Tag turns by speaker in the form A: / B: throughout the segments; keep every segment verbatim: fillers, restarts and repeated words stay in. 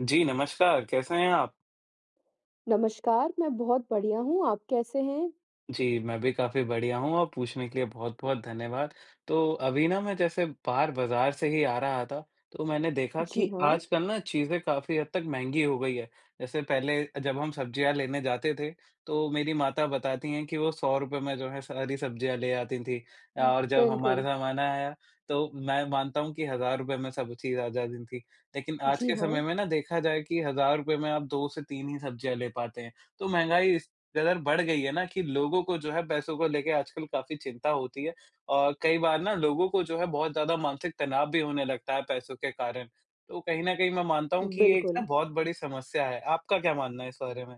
A: जी नमस्कार, कैसे हैं आप?
B: नमस्कार, मैं बहुत बढ़िया हूँ, आप कैसे हैं?
A: जी, मैं भी काफ़ी बढ़िया हूँ और पूछने के लिए बहुत-बहुत धन्यवाद। तो अभी ना मैं जैसे बाहर बाज़ार से ही आ रहा था, तो मैंने देखा
B: जी
A: कि
B: हाँ,
A: आजकल ना चीज़ें काफ़ी हद तक महँगी हो गई है। जैसे पहले जब हम सब्जियाँ लेने जाते थे, तो मेरी माता बताती हैं कि वो ₹सौ रुपये में जो है सारी सब्जियाँ ले आती थीं और जब हमारा
B: बिल्कुल।
A: ज़माना आया, तो मैं मानता हूँ कि ₹एक हज़ार रुपये में सब चीज़ आ जाती थी। लेकिन आज
B: जी
A: के समय
B: हाँ,
A: में ना देखा जाए कि ₹एक हज़ार रुपये में आप दो से तीन ही सब्जियाँ ले पाते हैं, तो महँगाई कदर बढ़ गई है ना कि लोगों को जो है पैसों को लेके आजकल काफ़ी चिंता होती है और कई बार ना लोगों को जो है बहुत ज़्यादा मानसिक तनाव भी होने लगता है पैसों के कारण। तो कहीं न कहीं मैं मानता हूँ कि ये एक
B: बिल्कुल।
A: ना बहुत बड़ी समस्या है। आपका क्या मानना है इस बारे में?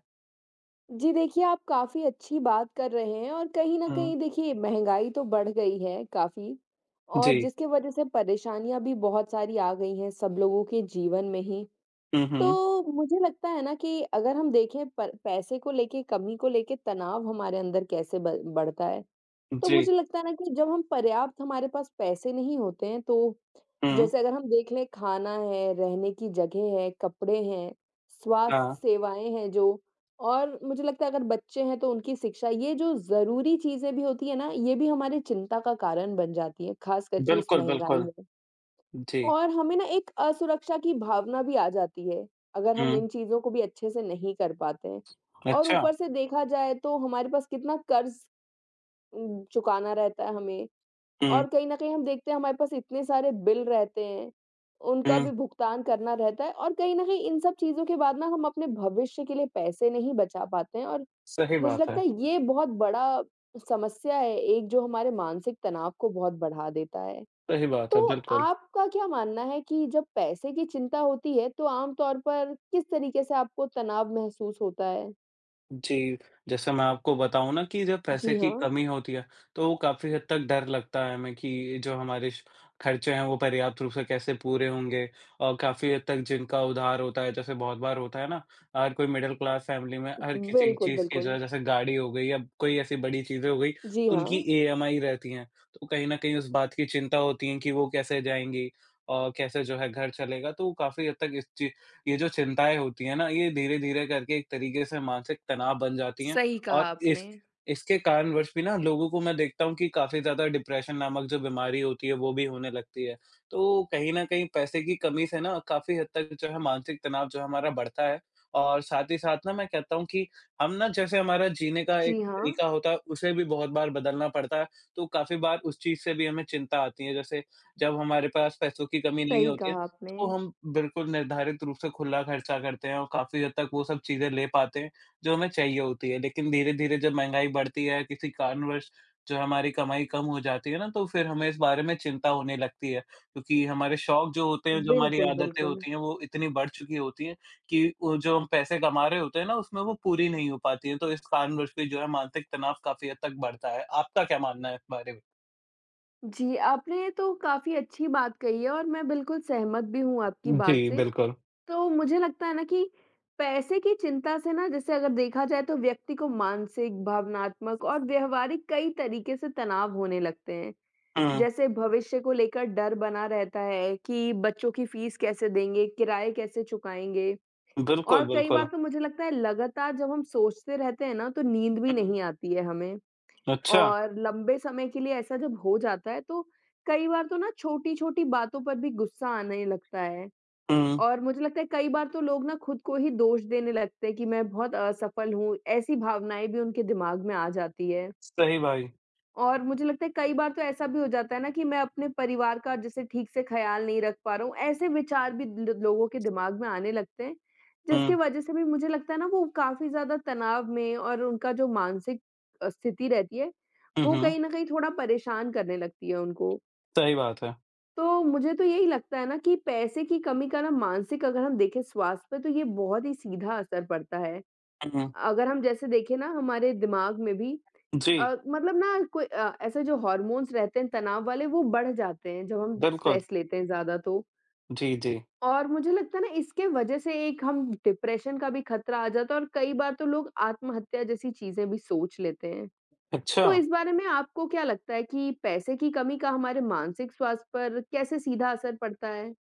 B: जी देखिए, आप काफ़ी अच्छी बात कर रहे हैं और कहीं न
A: हुँ,
B: कहीं देखिए महँगाई तो बढ़ गई है काफ़ी। और
A: जी।
B: जिसकी वज़ह से परेशानियाँ भी बहुत सारी आ गई हैं सब लोगों के जीवन में ही।
A: हुँ, हुँ।
B: तो मुझे लगता है ना कि अगर हम देखें प पैसे को लेके, कमी को लेके तनाव हमारे अंदर कैसे ब बढ़ता है? तो
A: जी।
B: मुझे लगता है ना कि जब हम पर्याप्त हमारे पास पैसे नहीं होते हैं तो
A: हुँ,
B: जैसे अगर हम देख लें, खाना है, रहने की जगह है, कपड़े हैं,
A: हाँ।
B: स्वास्थ्य सेवाएँ हैं जो और मुझे लगता है अगर बच्चे हैं तो उनकी शिक्षा, ये जो ज़रूरी चीज़ें भी होती है ना, ये भी हमारी चिंता का कारण बन जाती है, खास करके इस
A: बिल्कुल,
B: महँगाई
A: बिल्कुल।
B: में।
A: जी।
B: और हमें ना एक असुरक्षा की भावना भी आ जाती है, अगर हम इन
A: हुँ।
B: चीज़ों को भी अच्छे से नहीं कर पाते हैं। और
A: अच्छा।
B: ऊपर से देखा जाए तो हमारे पास कितना कर्ज़ उम, चुकाना रहता है हमें।
A: हुँ,
B: और कहीं न कहीं हम देखते हैं हमारे पास इतने सारे बिल रहते हैं, उनका
A: हुँ।
B: भी भुगतान करना रहता है और कहीं न कहीं इन सब चीज़ों के बाद ना हम अपने भविष्य के लिए पैसे नहीं बचा पाते हैं। और
A: सही
B: मुझे
A: बात
B: लगता
A: है।
B: है ये बहुत बड़ा समस्या है एक, जो हमारे मानसिक तनाव को बहुत बढ़ा देता है।
A: सही बात
B: तो
A: है, बिल्कुल।
B: आपका क्या मानना है कि जब पैसे की चिंता होती है तो आम तौर पर किस तरीके से आपको तनाव महसूस होता है?
A: जी, जैसे मैं आपको बताऊँ ना कि जब
B: जी
A: पैसे की
B: हाँ।
A: कमी होती है, तो काफ़ी हद तक डर लगता है हमें कि जो हमारे श खर्चे हैं, वो पर्याप्त रूप से कैसे पूरे होंगे और काफ़ी हद तक जिनका उधार होता है, जैसे बहुत बार होता है ना, हर कोई मिडल क्लास फैमिली में हर किसी
B: बिल्कुल,
A: चीज़ की जो
B: बिल्कुल।
A: है, जैसे गाड़ी हो गई या कोई ऐसी बड़ी चीज़ें हो गई,
B: जी
A: तो
B: हाँ।
A: उनकी ईएमआई रहती हैं। तो कहीं न कहीं उस बात की चिंता होती है कि वो कैसे जाएँगी और कैसे जो है घर चलेगा, तो काफ़ी हद तक इस चीज़ ये जो चिंताएँ होती हैं ना, ये धीरे-धीरे करके एक तरीके से मानसिक तनाव बन जाती हैं
B: सही कहा
A: और
B: आपने।
A: इस इसके कारणवश भी ना लोगों को मैं देखता हूँ कि काफ़ी ज़्यादा डिप्रेशन नामक जो बीमारी होती है, वो भी होने लगती है। तो कहीं न कहीं पैसे की कमी से ना काफ़ी हद तक जो है मानसिक तनाव जो है हमारा बढ़ता है और साथ ही साथ ना मैं कहता हूँ कि हम ना जैसे हमारा जीने का एक
B: जी हाँ।
A: तरीका होता है, उसे भी बहुत बार बदलना पड़ता है। तो काफ़ी बार उस चीज़ से भी हमें चिंता आती है। जैसे जब हमारे पास पैसों की कमी नहीं
B: सही
A: होती है
B: कहा आपने।
A: तो हम बिल्कुल निर्धारित रूप से खुला खर्चा करते हैं और काफ़ी हद तक वो सब चीज़ें ले पाते हैं, जो हमें चाहिए होती है। लेकिन धीरे-धीरे जब महँगाई बढ़ती है, किसी कारणवश जो हमारी कमाई कम हो जाती है ना, तो फिर हमें इस बारे में चिंता होने लगती है। क्योंकि हमारे शौक जो होते हैं, जो हमारी
B: बिल्कुल,
A: आदतें
B: बिल्कुल।
A: होती हैं, वो इतनी बढ़ चुकी होती हैं कि वो जो हम पैसे कमा रहे होते हैं ना, उसमें वो पूरी नहीं हो पाती हैं। तो इस कारणवश भी जो है मानसिक तनाव काफ़ी हद तक बढ़ता है। आपका क्या मानना है इस बारे में?
B: जी, आपने तो काफ़ी अच्छी बात कही है और मैं बिल्कुल सहमत भी हूँ आपकी बात
A: जी,
B: से।
A: बिल्कुल।
B: तो मुझे लगता है ना कि पैसे की चिंता से ना, जैसे अगर देखा जाए तो व्यक्ति को मानसिक, भावनात्मक और व्यावहारिक कई तरीके से तनाव होने लगते हैं।
A: हुँ।
B: जैसे भविष्य को लेकर डर बना रहता है कि बच्चों की फीस कैसे देंगे, किराए कैसे चुकाएँगे। और
A: बिल्कुल,
B: कई
A: बिल्कुल।
B: बार तो मुझे लगता है लगातार जब हम सोचते रहते हैं ना, तो नींद भी
A: हुँ।
B: नहीं आती है हमें।
A: अच्छा।
B: और लंबे समय के लिए ऐसा जब हो जाता है तो कई बार तो ना छोटी-छोटी बातों पर भी गुस्सा आने लगता है।
A: हुँ।
B: और मुझे लगता है कई बार तो लोग ना खुद को ही दोष देने लगते हैं कि मैं बहुत असफल हूँ, ऐसी भावनाएँ भी उनके दिमाग में आ जाती है।
A: सही भाई।
B: और मुझे लगता है कई बार तो ऐसा भी हो जाता है ना कि मैं अपने परिवार का जैसे ठीक से ख़्याल नहीं रख पा रहा हूँ, ऐसे विचार भी ल लोगों के दिमाग में आने लगते हैं, जिसकी
A: हुँ।
B: वज़ह से भी मुझे लगता है ना वो काफ़ी ज़्यादा तनाव में, और उनका जो मानसिक अ, स्थिति रहती है,
A: हुँ,
B: वो
A: हुँ।
B: कहीं न कहीं थोड़ा परेशान करने लगती है उनको।
A: सही बात है।
B: तो मुझे तो यही लगता है ना कि पैसे की कमी का ना मानसिक, अगर हम देखें स्वास्थ्य पे तो ये बहुत ही सीधा असर पड़ता है।
A: हुँ,
B: अगर हम जैसे देखें ना, हमारे दिमाग में भी
A: जी,
B: अ, मतलब ना कोई अ, ऐसे जो हॉर्मोन्स रहते हैं तनाव वाले, वो बढ़ जाते हैं जब हम
A: बिल्कुल।
B: स्ट्रेस लेते हैं ज़्यादा तो।
A: जी, जी।
B: और मुझे लगता है ना, इसके वजह से एक हम डिप्रेशन का भी खतरा आ जाता है और कई बार तो लोग आत्महत्या जैसी चीज़ें भी सोच लेते हैं।
A: अच्छा।
B: तो इस बारे में आपको क्या लगता है कि पैसे की कमी का हमारे मानसिक स्वास्थ्य पर कैसे सीधा असर पड़ता है?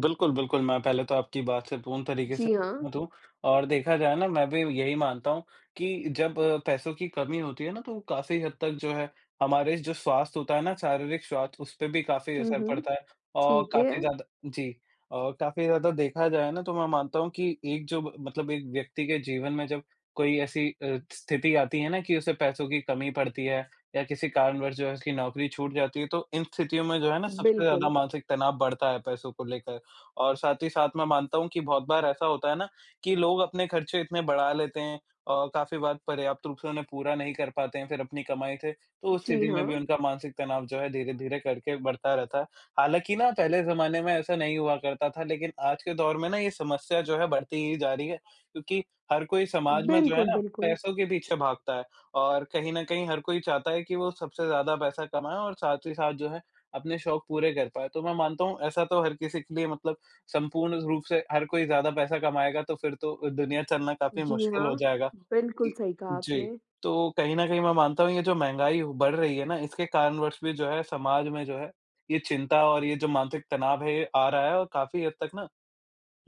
A: बिल्कुल, बिल्कुल। मैं पहले तो आपकी बात से पूर्ण तरीके से
B: जी हाँ।
A: सहमत हूँ और देखा जाए ना मैं भी यही मानता हूँ कि जब अ, पैसों की कमी होती है ना तो काफ़ी हद तक जो है हमारे जो स्वास्थ्य होता है ना शारीरिक स्वास्थ्य उस पे भी काफ़ी
B: हुँ,
A: असर
B: हुँ।
A: पड़ता है और
B: ठीक है।
A: काफ़ी ज़्यादा जी। और काफ़ी ज़्यादा देखा जाए ना तो मैं मानता हूँ कि एक जो ब- मतलब एक व्यक्ति के जीवन में जब कोई ऐसी अ, स्थिति आती है ना कि उसे पैसों की कमी पड़ती है या किसी कारणवश जो है उसकी नौकरी छूट जाती है तो इन स्थितियों में जो है ना सबसे ज़्यादा
B: बिल्कुल।
A: मानसिक तनाव बढ़ता है पैसों को लेकर। और साथ ही साथ मैं मानता हूँ कि बहुत बार ऐसा होता है ना कि लोग अपने खर्चे इतने बढ़ा लेते हैं और काफ़ी बार पर्याप्त रूप से उन्हें पूरा नहीं कर पाते हैं फिर अपनी कमाई से, तो उस
B: जी
A: स्थिति
B: हाँ।
A: में भी उनका मानसिक तनाव जो है धीरे-धीरे करके बढ़ता रहता है। हालाँकि ना पहले ज़माने में ऐसा नहीं हुआ करता था लेकिन आज के दौर में ना ये समस्या जो है बढ़ती ही जा रही है क्योंकि हर कोई समाज में जो है
B: बिल्कुल,
A: ना
B: बिल्कुल।
A: पैसों के पीछे भागता है और कहीं न कहीं हर कोई चाहता है कि वो सबसे ज़्यादा पैसा कमाए और साथ ही साथ जो है अपने शौक पूरे कर पाए। तो मैं मानता हूँ ऐसा तो हर किसी के लिए मतलब संपूर्ण रूप से हर कोई ज़्यादा पैसा कमाएगा तो फिर तो दुनिया चलना काफ़ी
B: जी
A: मुश्किल
B: हाँ,
A: हो जाएगा
B: बिल्कुल
A: कि
B: सही कहा
A: जी,
B: आपने।
A: तो कहीं न कहीं मैं मानता हूँ ये जो महँगाई बढ़ रही है ना इसके कारणवश भी जो है समाज में जो है ये चिंता और ये जो मानसिक तनाव है ये आ रहा है और काफ़ी हद तक ना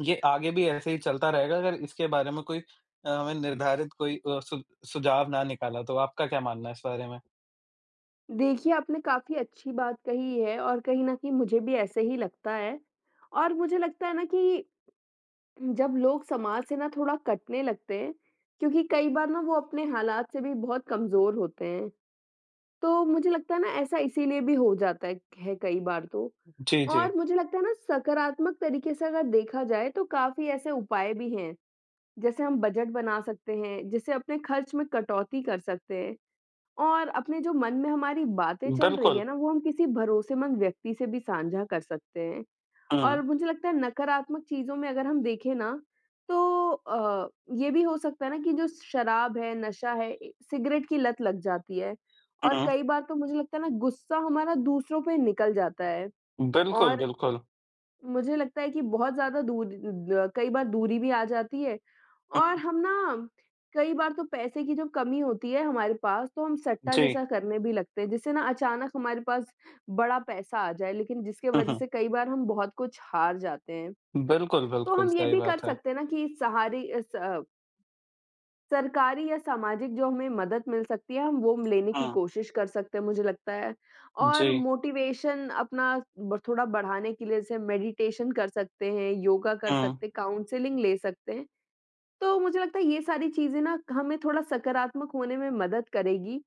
A: ये आगे भी ऐसे ही चलता रहेगा अगर इसके बारे में कोई अ, हमें निर्धारित कोई अ, सु सुझाव ना निकाला तो आपका क्या मानना है इस बारे में?
B: देखिए, आपने काफ़ी अच्छी बात कही है और कहीं न कहीं मुझे भी ऐसे ही लगता है। और मुझे लगता है ना कि जब लोग समाज से ना थोड़ा कटने लगते हैं, क्योंकि कई बार ना वो अपने हालात से भी बहुत कमज़ोर होते हैं, तो मुझे लगता है ना ऐसा इसीलिए भी हो जाता है है कई बार तो।
A: जी, जी।
B: और मुझे लगता है ना, सकारात्मक तरीके से अगर देखा जाए तो काफ़ी ऐसे उपाय भी हैं, जैसे हम बजट बना सकते हैं, जिससे अपने खर्च में कटौती कर सकते हैं। और अपने जो मन में हमारी बातें चल रही
A: बिल्कुल।
B: है ना, वो हम किसी भरोसेमंद व्यक्ति से भी साझा कर सकते हैं। और
A: हुँ,
B: मुझे लगता है नकारात्मक चीज़ों में अगर हम देखें ना, तो अ, ये भी हो सकता है ना कि जो शराब है, नशा है, ए सिगरेट की लत लग जाती है। और
A: हुँ।
B: कई बार तो मुझे लगता है ना, गुस्सा हमारा दूसरों पे निकल जाता है।
A: बिल्कुल,
B: और
A: बिल्कुल।
B: मुझे लगता है कि बहुत ज़्यादा दूर द कई बार दूरी भी आ जाती है। और
A: हुँ,
B: हम ना, कई बार तो पैसे की जब कमी होती है हमारे पास, तो हम सट्टा
A: जी।
B: जैसा करने भी लगते हैं, जिससे ना अचानक हमारे पास बड़ा पैसा आ जाए, लेकिन जिसके
A: हुँ,
B: वज़ह
A: हुँ।
B: से कई बार हम बहुत कुछ हार जाते हैं।
A: बिल्कुल,
B: तो
A: बिल्कुल,
B: हम ये
A: सही
B: भी कर
A: बात है।
B: सकते हैं ना कि सहारे अ, स सरकारी या सामाजिक जो हमें मदद मिल सकती है, हम वो लेने की
A: हाँ।
B: कोशिश कर सकते हैं, मुझे लगता है।
A: जी।
B: और मोटिवेशन अपना ब थोड़ा बढ़ाने के लिए जैसे मेडिटेशन कर सकते हैं, योगा कर
A: हाँ।
B: सकते हैं, काउंसलिंग ले सकते हैं। तो मुझे लगता है ये सारी चीज़ें ना हमें थोड़ा सकारात्मक होने में मदद करेगी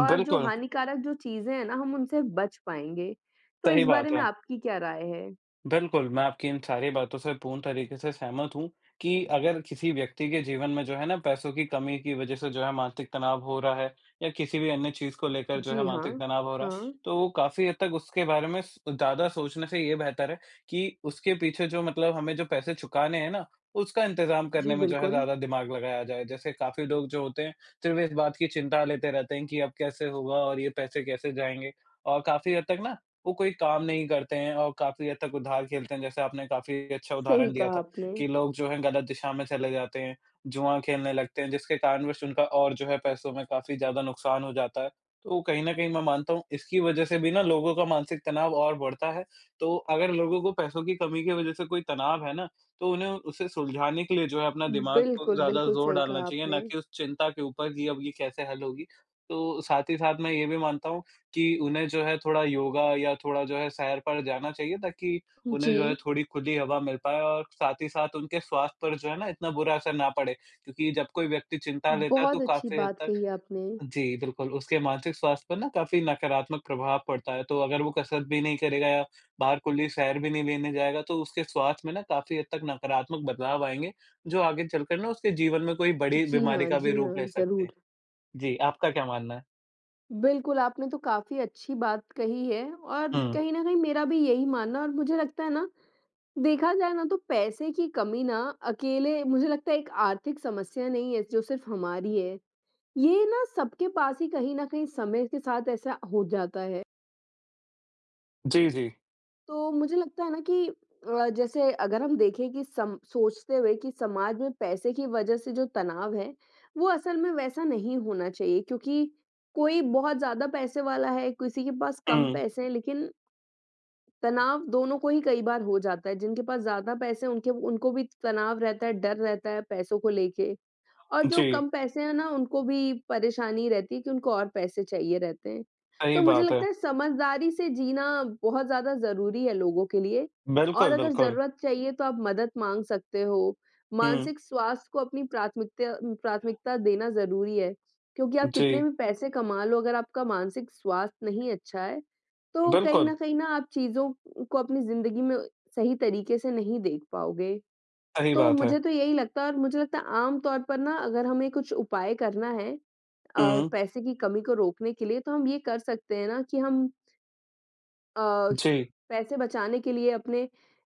B: और जो
A: बिल्कुल,
B: हानिकारक जो चीज़ें हैं ना, हम उनसे बच पाएँगे। तो
A: सही
B: इस बारे
A: बात
B: में
A: है।
B: आपकी क्या राय है?
A: बिल्कुल, मैं आपकी इन सारी बातों से पूर्ण तरीके से सहमत हूँ कि अगर किसी व्यक्ति के जीवन में जो है ना पैसों की कमी की वजह से जो है मानसिक तनाव हो रहा है या किसी भी अन्य चीज़ को लेकर जो है
B: जी हाँ।
A: मानसिक तनाव हो रहा है,
B: हाँ।
A: तो वो काफ़ी हद तक उसके बारे में स ज़्यादा सोचने से ये बेहतर है कि उसके पीछे जो मतलब हमें जो पैसे चुकाने हैं ना, उसका इंतज़ाम
B: जी,
A: करने में जो है
B: बिल्कुल।
A: ज़्यादा दिमाग लगाया जाए। जैसे काफ़ी लोग जो होते हैं, सिर्फ़ इस बात की चिंता लेते रहते हैं कि अब कैसे होगा और ये पैसे कैसे जाएँगे और काफ़ी हद तक ना वो कोई काम नहीं करते हैं और काफ़ी हद तक उधार खेलते हैं। जैसे आपने काफ़ी अच्छा
B: सही
A: उदाहरण दिया
B: कहा
A: था
B: आपने।
A: कि लोग जो हैं गलत दिशा में चले जाते हैं, जुआ खेलने लगते हैं, जिसके कारणवश उनका और जो है पैसों में काफ़ी ज़्यादा नुकसान हो जाता है। तो कहीं न कहीं मैं मानता हूँ इसकी वज़ह से भी ना लोगों का मानसिक तनाव और बढ़ता है। तो अगर लोगों को पैसों की कमी की वज़ह से कोई तनाव है ना, तो उन्हें उसे सुलझाने के लिए जो है अपना दिमाग को
B: बिल्कुल,
A: ज़्यादा
B: बिल्कुल
A: ज़ोर
B: सही
A: डालना
B: कहा
A: चाहिए, ना
B: आपने।
A: कि उस चिंता के ऊपर कि अब ये कैसे हल होगी। तो साथ ही साथ मैं ये भी मानता हूँ कि उन्हें जो है थोड़ा योगा या थोड़ा जो है सैर पर जाना चाहिए ताकि उन्हें
B: जी,
A: जो है थोड़ी खुली हवा मिल पाए और साथ ही साथ उनके स्वास्थ्य पर जो है ना इतना बुरा असर ना पड़े। क्योंकि जब कोई व्यक्ति चिंता लेता है
B: बहुत
A: तो
B: अच्छी
A: काफ़ी हद
B: बात
A: तक
B: कही आपने।
A: जी, बिल्कुल उसके मानसिक स्वास्थ्य पर ना काफ़ी नकारात्मक प्रभाव पड़ता है। तो अगर वो कसरत भी नहीं करेगा या बाहर खुली सैर भी नहीं लेने जाएगा तो उसके स्वास्थ्य में ना काफ़ी हद तक नकारात्मक बदलाव आएँगे, जो आगे चलकर ना उसके जीवन में कोई बड़ी
B: जी
A: बीमारी
B: हाँ,
A: का भी
B: जी
A: रूप
B: हाँ,
A: ले सकते हैं।
B: ज़रूर।
A: जी, आपका क्या मानना है?
B: बिल्कुल, आपने तो काफ़ी अच्छी बात कही है और
A: हुँ।
B: कहीं न कहीं मेरा भी यही मानना, और मुझे लगता है ना, देखा जाए ना तो पैसे की कमी ना अकेले मुझे लगता है एक आर्थिक समस्या नहीं है जो सिर्फ़ हमारी है। ये ना सबके पास ही कहीं न कहीं समय के साथ ऐसा हो जाता है।
A: जी, जी।
B: तो मुझे लगता है ना कि अ, जैसे अगर हम देखें कि सम सोचते हुए कि समाज में पैसे की वजह से जो तनाव है, वो असल में वैसा नहीं होना चाहिए, क्योंकि कोई बहुत ज़्यादा पैसे वाला है, किसी के पास कम
A: हुँ,
B: पैसे हैं, लेकिन तनाव दोनों को ही कई बार हो जाता है। जिनके पास ज़्यादा पैसे हैं, उनके उनको भी तनाव रहता है, डर रहता है पैसों को लेके। और जो
A: जी।
B: कम पैसे हैं ना, उनको भी परेशानी रहती है कि उनको और पैसे चाहिए रहते हैं।
A: सही
B: तो मुझे
A: बात है।
B: लगता है समझदारी से जीना बहुत ज़्यादा ज़रूरी है लोगों के लिए। और
A: बिल्कुल,
B: अगर
A: बिल्कुल।
B: ज़रूरत चाहिए तो आप मदद माँग सकते हो।
A: हुँ,
B: मानसिक स्वास्थ्य को अपनी प्राथमिकता प्राथमिकता देना ज़रूरी है, क्योंकि आप कितने
A: जी,
B: भी पैसे कमा लो, अगर आपका मानसिक स्वास्थ्य नहीं अच्छा है, तो कहीं
A: बिल्कुल,
B: न कहीं ना आप चीज़ों को अपनी ज़िंदगी में सही तरीके से नहीं देख पाओगे।
A: सही
B: तो
A: बात है।
B: मुझे तो यही लगता है। और मुझे लगता है आम तौर पर ना, अगर हमें कुछ उपाय करना है अ,
A: हुँ,
B: पैसे की कमी को रोकने के लिए, तो हम ये कर सकते हैं ना कि हम अ,
A: जी,
B: पैसे बचाने के लिए अपने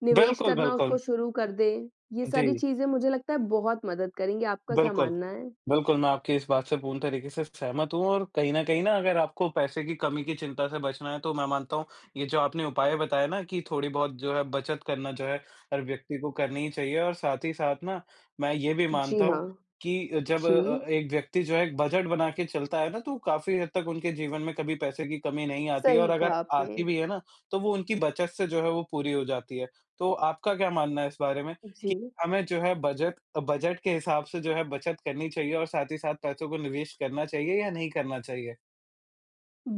B: निवेश
A: बिल्कुल,
B: करना
A: बिल्कुल।
B: उसको शुरू कर दें। ये सारी
A: जी,
B: चीज़ें मुझे लगता है बहुत मदद करेंगी। आपका क्या
A: बिल्कुल।
B: मानना है?
A: बिल्कुल, मैं आपकी इस बात से पूर्ण तरीके से सहमत हूँ और कहीं न कहीं ना अगर आपको पैसे की कमी की चिंता से बचना है, तो मैं मानता हूँ ये जो आपने उपाय बताए ना कि थोड़ी-बहुत जो है बचत करना जो है हर व्यक्ति को करनी ही चाहिए और साथ ही साथ ना मैं ये भी
B: जी
A: मानता
B: हाँ।
A: हूँ कि जब
B: जी,
A: अ, एक व्यक्ति जो है एक बजट बना के चलता है ना, तो काफ़ी हद तक उनके जीवन में कभी पैसे की कमी नहीं आती है और
B: सही
A: अगर
B: कहा आपने।
A: आती भी है ना, तो वो उनकी बचत से जो है वो पूरी हो जाती है। तो आपका क्या मानना है इस बारे में?
B: जी।
A: हमें जो है बजट बजट के हिसाब से जो है बचत करनी चाहिए और साथ ही साथ पैसों को निवेश करना चाहिए या नहीं करना चाहिए?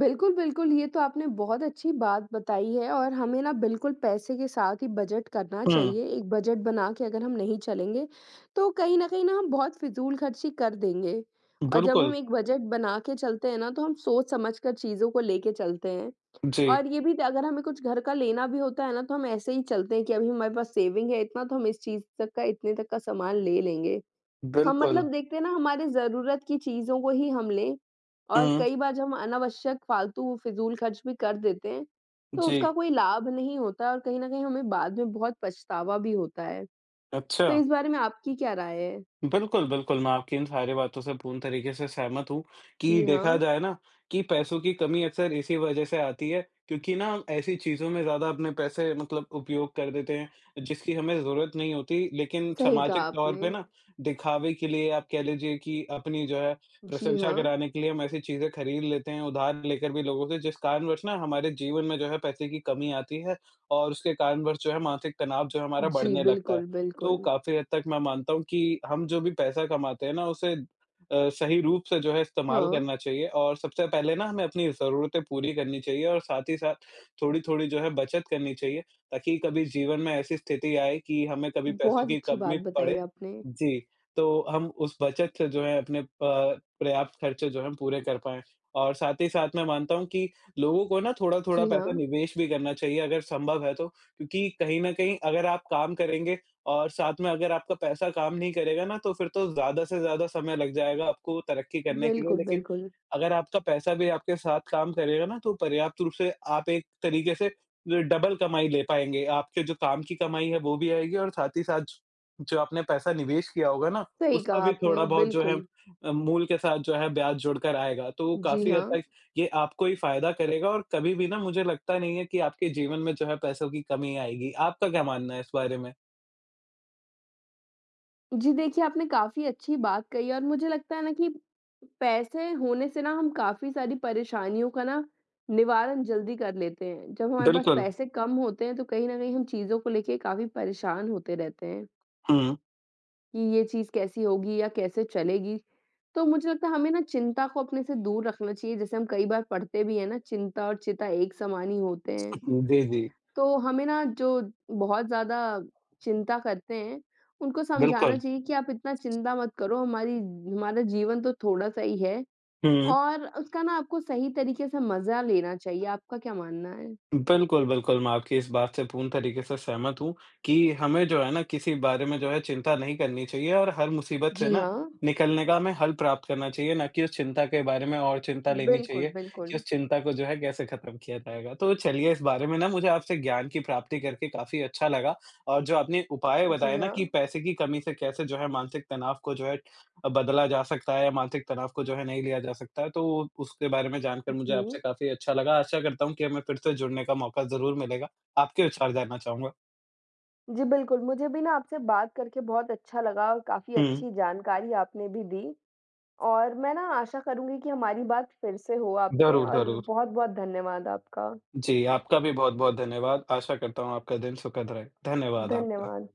B: बिल्कुल, बिल्कुल, ये तो आपने बहुत अच्छी बात बताई है और हमें ना बिल्कुल पैसे के साथ ही बजट करना
A: हुँ,
B: चाहिए। एक बजट बना के अगर हम नहीं चलेंगे, तो कहीं न कहीं ना हम बहुत फिज़ूल खर्ची कर देंगे। और जब हम
A: बिल्कुल।
B: एक बजट बना के चलते हैं ना, तो हम सोच-समझ कर चीज़ों को लेके चलते हैं।
A: जी,
B: और ये भी, अगर हमें कुछ घर का लेना भी होता है ना, तो हम ऐसे ही चलते हैं कि अभी हमारे पास सेविंग है इतना, तो हम इस चीज़ तक का, इतने तक का सामान ले लेंगे। हम
A: बिल्कुल।
B: मतलब देखते हैं ना हमारे ज़रूरत की चीज़ों को ही हम लें। और
A: हुँ,
B: कई बार जब हम अनावश्यक फालतू फ़िज़ूल खर्च भी कर देते हैं, तो उसका
A: जी,
B: कोई लाभ नहीं होता है और कहीं न कहीं हमें बाद में बहुत पछतावा भी होता है।
A: अच्छा।
B: तो इस बारे में आपकी क्या राय है?
A: बिल्कुल, बिल्कुल, मैं आपकी इन सारी बातों से पूर्ण तरीके से सहमत हूँ कि
B: जी
A: देखा
B: हाँ,
A: जाए ना कि पैसों की कमी अक्सर इसी वजह से आती है क्योंकि ना हम ऐसी चीज़ों में ज़्यादा अपने पैसे मतलब उपयोग कर देते हैं जिसकी हमें ज़रूरत नहीं होती। लेकिन
B: सही कहा
A: सामाजिक तौर
B: आपने।
A: पे ना दिखावे के लिए आप कह लीजिए कि अपनी जो है
B: जी
A: प्रशंसा
B: हाँ।
A: कराने के लिए हम ऐसी चीज़ें खरीद लेते हैं, उधार लेकर भी लोगों से जिस कारणवश ना हमारे जीवन में जो है पैसे की कमी आती है और उसके कारणवश जो है मानसिक तनाव जो है हमारा
B: जी,
A: बढ़ने लगता है।
B: बिल्कुल,
A: तो
B: बिल्कुल।
A: काफ़ी हद तक मैं मानता हूँ कि हम जो भी पैसा कमाते हैं ना, उसे अ, सही रूप से जो है इस्तेमाल
B: हाँ,
A: करना चाहिए और सबसे पहले ना हमें अपनी ज़रूरतें पूरी करनी चाहिए और साथ ही साथ थोड़ी-थोड़ी जो है बचत करनी चाहिए, ताकि कभी जीवन में ऐसी स्थिति आए कि हमें कभी पैसों
B: बहुत
A: की
B: अच्छी बात
A: कमी
B: बताई
A: पड़े।
B: आपने।
A: जी, तो हम उस बचत से जो है अपने अ, पर्याप्त खर्चे जो हैं पूरे कर पाएँ। और साथ ही साथ मैं मानता हूँ कि लोगों को ना थोड़ा-थोड़ा
B: जी हाँ,
A: पैसा निवेश भी करना चाहिए अगर संभव है तो, क्योंकि कहीं न कहीं अगर आप काम करेंगे और साथ में अगर आपका पैसा काम नहीं करेगा ना, तो फिर तो ज़्यादा से ज़्यादा समय लग जाएगा आपको तरक्की करने के लिए।
B: बिल्कुल,
A: लेकिन
B: बिल्कुल।
A: अगर आपका पैसा भी आपके साथ काम करेगा ना, तो पर्याप्त रूप से आप एक तरीके से अ, डबल कमाई ले पाएँगे। आपके जो काम की कमाई है, वो भी आएगी और साथ ही साथ जो आपने पैसा निवेश किया होगा ना,
B: सही
A: उसका
B: कहा
A: भी
B: आपने,
A: थोड़ा बहुत जो है
B: बिल्कुल।
A: अ, मूल के साथ जो है ब्याज जुड़कर आएगा। तो
B: जी
A: काफ़ी
B: हाँ।
A: हद तक ये आपको ही फ़ायदा करेगा और कभी भी ना मुझे लगता नहीं है कि आपके जीवन में जो है पैसों की कमी आएगी। आपका क्या मानना है इस बारे में?
B: जी, देखिए आपने काफ़ी अच्छी बात कही, और मुझे लगता है ना कि पैसे होने से ना हम काफ़ी सारी परेशानियों का ना निवारण जल्दी कर लेते हैं। जब हमारे पास
A: बिल्कुल।
B: पैसे कम होते हैं तो कहीं न कहीं हम चीज़ों को लेके काफ़ी परेशान होते रहते हैं,
A: हुँ,
B: कि ये चीज़ कैसी होगी या कैसे चलेगी। तो मुझे लगता है हमें ना चिंता को अपने से दूर रखना चाहिए, जैसे हम कई बार पढ़ते भी हैं ना, चिंता और चिता एक समान ही होते हैं।
A: जी, जी,
B: तो हमें ना जो बहुत ज़्यादा चिंता करते हैं, उनको समझाना
A: बिल्कुल।
B: चाहिए कि आप इतना चिंता मत करो, हमारी हमारा जीवन तो थोड़ा-सा ही है
A: हुँ,
B: और उसका ना आपको सही तरीके से मज़ा लेना चाहिए। आपका क्या मानना है?
A: बिल्कुल, बिल्कुल, मैं आपकी इस बात से पूर्ण तरीके से सहमत हूँ कि हमें जो है ना किसी बारे में जो है चिंता नहीं करनी चाहिए और हर मुसीबत से
B: जी
A: ना
B: हाँ।
A: निकलने का हमें हल प्राप्त करना चाहिए, ना कि उस चिंता के बारे में और चिंता लेनी
B: बिल्कुल,
A: चाहिए कि
B: बिल्कुल।
A: उस चिंता को जो है कैसे खत्म किया जाएगा। तो चलिए इस बारे में ना मुझे आपसे ज्ञान की प्राप्ति करके काफ़ी अच्छा लगा और जो आपने उपाय
B: जी
A: बताए ना कि
B: हाँ।
A: पैसे की कमी से कैसे जो है मानसिक तनाव को जो है बदला जा सकता है या मानसिक तनाव को जो है नहीं लिया जा सकता है, तो उसके बारे में जानकर मुझे
B: जी।
A: आपसे काफ़ी अच्छा लगा। आशा करता हूँ कि हमें फिर से जुड़ने का मौका ज़रूर मिलेगा। आपके विचार जानना चाहूँगा।
B: जी, बिल्कुल, मुझे भी ना आपसे बात करके बहुत अच्छा लगा और काफ़ी
A: हुँ।
B: अच्छी जानकारी आपने भी दी। और मैं ना आशा करूँगी कि हमारी बात फिर से हो आपसे,
A: ज़रूर,
B: और
A: ज़रूर।
B: बहुत-बहुत धन्यवाद आपका।
A: जी, आपका भी बहुत-बहुत धन्यवाद। आशा करता हूँ आपका दिन सुखद रहे। धन्यवाद आपका।
B: धन्यवाद।